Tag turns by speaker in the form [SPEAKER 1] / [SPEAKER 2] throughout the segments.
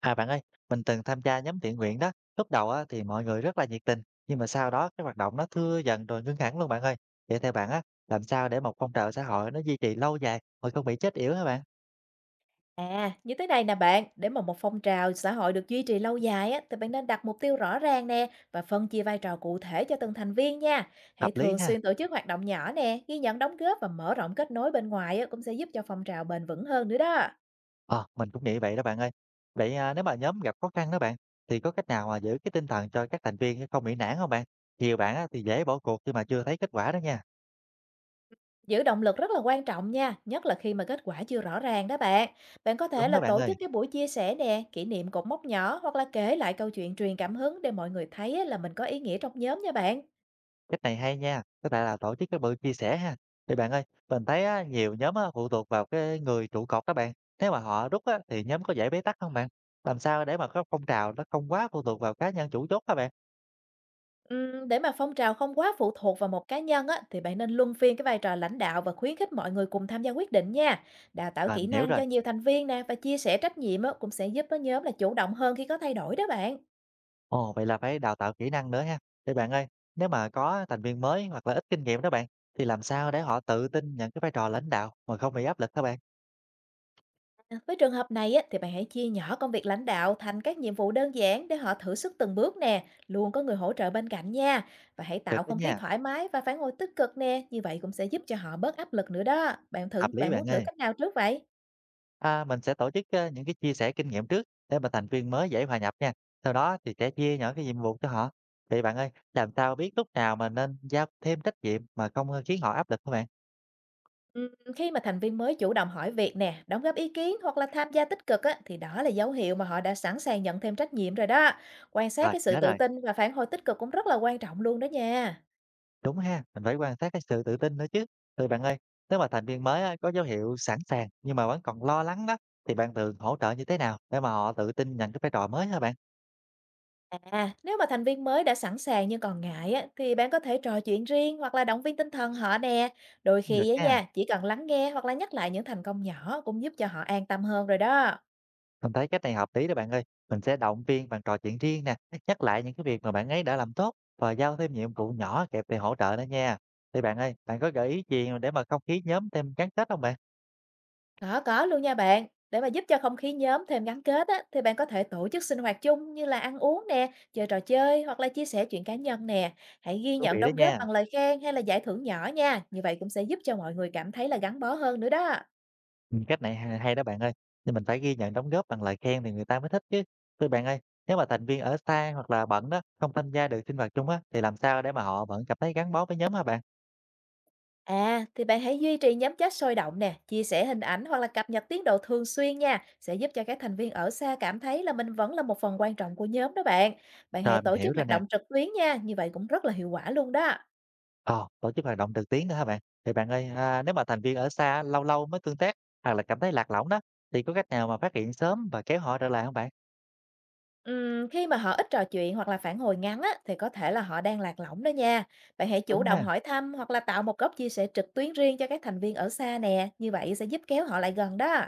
[SPEAKER 1] À bạn ơi, mình từng tham gia nhóm thiện nguyện đó. Lúc đầu á, thì mọi người rất là nhiệt tình, nhưng mà sau đó cái hoạt động nó thưa dần rồi ngưng hẳn luôn bạn ơi. Vậy theo bạn á, làm sao để một phong trào xã hội nó duy trì lâu dài mà không bị chết yểu hả bạn?
[SPEAKER 2] À, như thế này nè bạn, để mà một phong trào xã hội được duy trì lâu dài á, thì bạn nên đặt mục tiêu rõ ràng nè và phân chia vai trò cụ thể cho từng thành viên nha.
[SPEAKER 1] Hợp
[SPEAKER 2] Hãy
[SPEAKER 1] lý
[SPEAKER 2] thường
[SPEAKER 1] ha.
[SPEAKER 2] xuyên tổ chức hoạt động nhỏ nè, ghi nhận đóng góp và mở rộng kết nối bên ngoài á, cũng sẽ giúp cho phong trào bền vững hơn nữa đó.
[SPEAKER 1] Ờ, mình cũng nghĩ vậy đó bạn ơi. Vậy à, nếu mà nhóm gặp khó khăn đó bạn, thì có cách nào mà giữ cái tinh thần cho các thành viên không bị nản không bạn? Nhiều bạn á, thì dễ bỏ cuộc khi mà chưa thấy kết quả đó nha.
[SPEAKER 2] Giữ động lực rất là quan trọng nha, nhất là khi mà kết quả chưa rõ ràng đó bạn. Bạn có thể
[SPEAKER 1] Đúng
[SPEAKER 2] là
[SPEAKER 1] đó bạn
[SPEAKER 2] tổ chức
[SPEAKER 1] ơi.
[SPEAKER 2] cái buổi chia sẻ nè, kỷ niệm cột mốc nhỏ hoặc là kể lại câu chuyện truyền cảm hứng để mọi người thấy á, là mình có ý nghĩa trong nhóm nha bạn.
[SPEAKER 1] Cách này hay nha, tức lại là tổ chức cái buổi chia sẻ ha. Thì bạn ơi, mình thấy á, nhiều nhóm á, phụ thuộc vào cái người trụ cột các bạn. Nếu mà họ rút á, thì nhóm có dễ bế tắc không bạn? Làm sao để mà cái phong trào nó không quá phụ thuộc vào cá nhân chủ chốt các bạn?
[SPEAKER 2] Để mà phong trào không quá phụ thuộc vào một cá nhân á, thì bạn nên luân phiên cái vai trò lãnh đạo và khuyến khích mọi người cùng tham gia quyết định nha. Đào tạo
[SPEAKER 1] Rồi
[SPEAKER 2] kỹ
[SPEAKER 1] mình hiểu
[SPEAKER 2] năng cho
[SPEAKER 1] rồi.
[SPEAKER 2] nhiều thành viên nè và chia sẻ trách nhiệm á, cũng sẽ giúp á, nhóm là chủ động hơn khi có thay đổi đó bạn.
[SPEAKER 1] Ồ, vậy là phải đào tạo kỹ năng nữa ha. Thì bạn ơi, nếu mà có thành viên mới hoặc là ít kinh nghiệm đó bạn, thì làm sao để họ tự tin nhận cái vai trò lãnh đạo mà không bị áp lực các bạn?
[SPEAKER 2] À, với trường hợp này á, thì bạn hãy chia nhỏ công việc lãnh đạo thành các nhiệm vụ đơn giản để họ thử sức từng bước nè, luôn có người hỗ trợ bên cạnh nha. Và hãy
[SPEAKER 1] Được
[SPEAKER 2] tạo
[SPEAKER 1] đó
[SPEAKER 2] không khí
[SPEAKER 1] nha,
[SPEAKER 2] thoải mái và phản hồi tích cực nè, như vậy cũng sẽ giúp cho họ bớt áp lực nữa đó.
[SPEAKER 1] hợp lý
[SPEAKER 2] Bạn muốn
[SPEAKER 1] bạn
[SPEAKER 2] thử
[SPEAKER 1] ơi.
[SPEAKER 2] cách nào trước vậy?
[SPEAKER 1] À, mình sẽ tổ chức, những cái chia sẻ kinh nghiệm trước để mà thành viên mới dễ hòa nhập nha, sau đó thì sẽ chia nhỏ cái nhiệm vụ cho họ. Vậy bạn ơi, làm sao biết lúc nào mà nên giao thêm trách nhiệm mà không, khiến họ áp lực hả bạn?
[SPEAKER 2] Ừm, Khi mà thành viên mới chủ động hỏi việc nè, đóng góp ý kiến hoặc là tham gia tích cực á, thì đó là dấu hiệu mà họ đã sẵn sàng nhận thêm trách nhiệm rồi đó. Quan sát
[SPEAKER 1] Rồi,
[SPEAKER 2] cái sự
[SPEAKER 1] nhớ
[SPEAKER 2] tự
[SPEAKER 1] rồi,
[SPEAKER 2] tin và phản hồi tích cực cũng rất là quan trọng luôn đó nha.
[SPEAKER 1] đúng ha, mình phải quan sát cái sự tự tin nữa chứ. Rồi bạn ơi, nếu mà thành viên mới á có dấu hiệu sẵn sàng nhưng mà vẫn còn lo lắng đó, thì bạn thường hỗ trợ như thế nào để mà họ tự tin nhận cái vai trò mới hả bạn?
[SPEAKER 2] À, nếu mà thành viên mới đã sẵn sàng nhưng còn ngại á, thì bạn có thể trò chuyện riêng hoặc là động viên tinh thần họ nè. Đôi khi
[SPEAKER 1] Được
[SPEAKER 2] á
[SPEAKER 1] ha.
[SPEAKER 2] nha, chỉ cần lắng nghe hoặc là nhắc lại những thành công nhỏ cũng giúp cho họ an tâm hơn rồi đó.
[SPEAKER 1] Mình thấy cách này hợp lý đó bạn ơi. Mình sẽ động viên bằng trò chuyện riêng nè, nhắc lại những cái việc mà bạn ấy đã làm tốt và giao thêm nhiệm vụ nhỏ kịp thời hỗ trợ nữa nha. Thì bạn ơi, bạn có gợi ý gì để mà không khí nhóm thêm gắn kết không bạn?
[SPEAKER 2] Có luôn nha bạn. Để mà giúp cho không khí nhóm thêm gắn kết á, thì bạn có thể tổ chức sinh hoạt chung như là ăn uống nè, chơi trò chơi hoặc là chia sẻ chuyện cá nhân nè. Hãy ghi
[SPEAKER 1] Thú
[SPEAKER 2] nhận
[SPEAKER 1] vị đó
[SPEAKER 2] đóng góp
[SPEAKER 1] nha.
[SPEAKER 2] bằng lời khen hay là giải thưởng nhỏ nha. Như vậy cũng sẽ giúp cho mọi người cảm thấy là gắn bó hơn nữa đó.
[SPEAKER 1] Ừ, cách này hay, hay đó bạn ơi. Nhưng mình phải ghi nhận đóng góp bằng lời khen thì người ta mới thích chứ. Thì bạn ơi, nếu mà thành viên ở xa hoặc là bận đó, không tham gia được sinh hoạt chung á, thì làm sao để mà họ vẫn cảm thấy gắn bó với nhóm hả bạn?
[SPEAKER 2] À, thì bạn hãy duy trì nhóm chat sôi động nè, chia sẻ hình ảnh hoặc là cập nhật tiến độ thường xuyên nha, sẽ giúp cho các thành viên ở xa cảm thấy là mình vẫn là một phần quan trọng của nhóm đó bạn. Bạn hãy
[SPEAKER 1] Rồi, mình
[SPEAKER 2] tổ
[SPEAKER 1] hiểu
[SPEAKER 2] chức
[SPEAKER 1] rồi
[SPEAKER 2] hoạt
[SPEAKER 1] nè.
[SPEAKER 2] động trực tuyến nha, như vậy cũng rất là hiệu quả luôn đó.
[SPEAKER 1] Ờ, tổ chức hoạt động trực tuyến nữa hả bạn? Thì bạn ơi, à, nếu mà thành viên ở xa lâu lâu mới tương tác hoặc là cảm thấy lạc lõng đó, thì có cách nào mà phát hiện sớm và kéo họ trở lại không bạn?
[SPEAKER 2] Khi mà họ ít trò chuyện hoặc là phản hồi ngắn á, thì có thể là họ đang lạc lõng đó nha. Bạn hãy chủ
[SPEAKER 1] Đúng
[SPEAKER 2] động
[SPEAKER 1] ha.
[SPEAKER 2] hỏi thăm hoặc là tạo một góc chia sẻ trực tuyến riêng cho các thành viên ở xa nè, như vậy sẽ giúp kéo họ lại gần đó.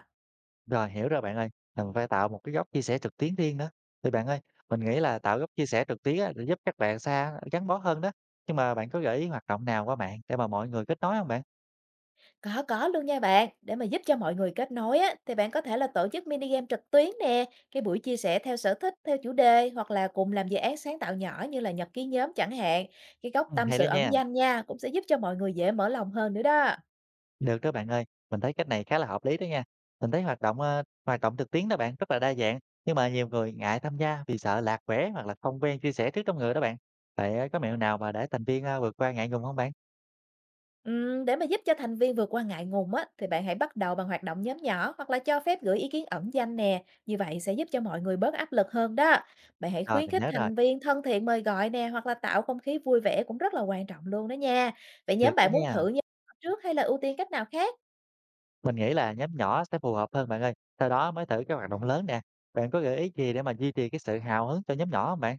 [SPEAKER 1] Rồi, hiểu rồi bạn ơi. Là mình phải tạo một cái góc chia sẻ trực tuyến riêng nữa. Thì bạn ơi, mình nghĩ là tạo góc chia sẻ trực tuyến á, để giúp các bạn xa gắn bó hơn đó. Nhưng mà bạn có gợi ý hoạt động nào qua mạng để mà mọi người kết nối không bạn?
[SPEAKER 2] Có luôn nha bạn, để mà giúp cho mọi người kết nối á, thì bạn có thể là tổ chức mini game trực tuyến nè, cái buổi chia sẻ theo sở thích, theo chủ đề hoặc là cùng làm dự án sáng tạo nhỏ như là nhật ký nhóm chẳng hạn. Cái góc
[SPEAKER 1] Ừ,
[SPEAKER 2] tâm
[SPEAKER 1] hay đó
[SPEAKER 2] sự ẩn
[SPEAKER 1] nha.
[SPEAKER 2] danh nha, cũng sẽ giúp cho mọi người dễ mở lòng hơn nữa đó.
[SPEAKER 1] Được đó bạn ơi, mình thấy cách này khá là hợp lý đó nha. Mình thấy hoạt động hoạt động thực tiễn đó bạn rất là đa dạng, nhưng mà nhiều người ngại tham gia vì sợ lạc quẻ hoặc là không quen chia sẻ trước đông người đó bạn. Vậy có mẹo nào mà để thành viên vượt qua ngại ngùng không bạn?
[SPEAKER 2] Để mà giúp cho thành viên vượt qua ngại ngùng á, thì bạn hãy bắt đầu bằng hoạt động nhóm nhỏ hoặc là cho phép gửi ý kiến ẩn danh nè. Như vậy sẽ giúp cho mọi người bớt áp lực hơn đó. Bạn hãy
[SPEAKER 1] Rồi
[SPEAKER 2] khuyến
[SPEAKER 1] mình
[SPEAKER 2] khích
[SPEAKER 1] nhớ rồi,
[SPEAKER 2] thành viên thân thiện mời gọi nè hoặc là tạo không khí vui vẻ cũng rất là quan trọng luôn đó nha. Vậy
[SPEAKER 1] được
[SPEAKER 2] nhóm
[SPEAKER 1] đó
[SPEAKER 2] bạn muốn
[SPEAKER 1] nha.
[SPEAKER 2] thử như trước hay là ưu tiên cách nào khác?
[SPEAKER 1] Mình nghĩ là nhóm nhỏ sẽ phù hợp hơn bạn ơi. Sau đó mới thử cái hoạt động lớn nè. Bạn có gợi ý gì để mà duy trì cái sự hào hứng cho nhóm nhỏ không bạn?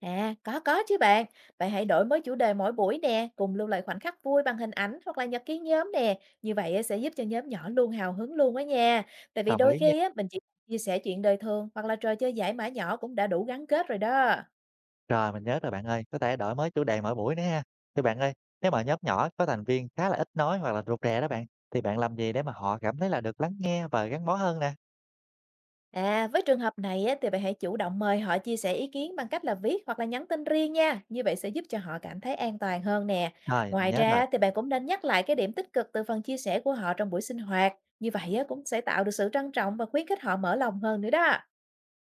[SPEAKER 2] À, có chứ bạn. Bạn hãy đổi mới chủ đề mỗi buổi nè, cùng lưu lại khoảnh khắc vui bằng hình ảnh hoặc là nhật ký nhóm nè. Như vậy á, sẽ giúp cho nhóm nhỏ luôn hào hứng luôn á nha. Tại vì
[SPEAKER 1] Đồng
[SPEAKER 2] đôi
[SPEAKER 1] ý nha.
[SPEAKER 2] khi á, mình chỉ chia sẻ chuyện đời thường hoặc là trò chơi giải mã nhỏ cũng đã đủ gắn kết rồi đó.
[SPEAKER 1] Rồi, mình nhớ rồi bạn ơi, có thể đổi mới chủ đề mỗi buổi nữa ha. Thì bạn ơi, nếu mà nhóm nhỏ có thành viên khá là ít nói hoặc là rụt rè đó bạn, thì bạn làm gì để mà họ cảm thấy là được lắng nghe và gắn bó hơn nè?
[SPEAKER 2] À, với trường hợp này á, thì bạn hãy chủ động mời họ chia sẻ ý kiến bằng cách là viết hoặc là nhắn tin riêng nha. Như vậy sẽ giúp cho họ cảm thấy an toàn hơn nè.
[SPEAKER 1] Rồi, mình
[SPEAKER 2] Ngoài
[SPEAKER 1] nhớ rồi.
[SPEAKER 2] ra thì bạn cũng nên nhắc lại cái điểm tích cực từ phần chia sẻ của họ trong buổi sinh hoạt. Như vậy á, cũng sẽ tạo được sự trân trọng và khuyến khích họ mở lòng hơn nữa đó.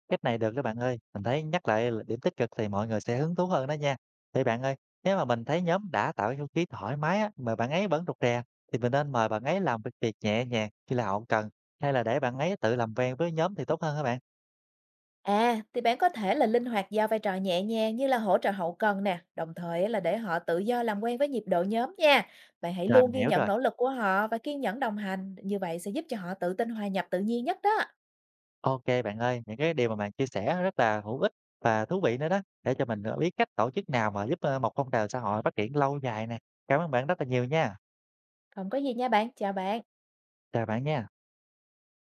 [SPEAKER 1] Cách này được đó bạn ơi. Mình thấy nhắc lại là điểm tích cực thì mọi người sẽ hứng thú hơn đó nha. Thì bạn ơi, nếu mà mình thấy nhóm đã tạo cái không khí thoải mái á, mà bạn ấy vẫn rụt rè, thì mình nên mời bạn ấy làm việc việc nhẹ nhàng khi là họ cần, hay là để bạn ấy tự làm quen với nhóm thì tốt hơn các bạn?
[SPEAKER 2] À, thì bạn có thể là linh hoạt giao vai trò nhẹ nhàng như là hỗ trợ hậu cần nè, đồng thời á, là để họ tự do làm quen với nhịp độ nhóm nha. Bạn hãy
[SPEAKER 1] Rồi,
[SPEAKER 2] luôn
[SPEAKER 1] mình
[SPEAKER 2] ghi
[SPEAKER 1] hiểu
[SPEAKER 2] nhận
[SPEAKER 1] rồi.
[SPEAKER 2] nỗ lực của họ và kiên nhẫn đồng hành, như vậy sẽ giúp cho họ tự tin hòa nhập tự nhiên nhất đó.
[SPEAKER 1] OK bạn ơi, những cái điều mà bạn chia sẻ rất là hữu ích và thú vị nữa đó, để cho mình, biết cách tổ chức nào mà giúp, một phong trào xã hội phát triển lâu dài nè. Cảm ơn bạn rất là nhiều nha.
[SPEAKER 2] Không có gì nha bạn, chào bạn.
[SPEAKER 1] Chào bạn nha.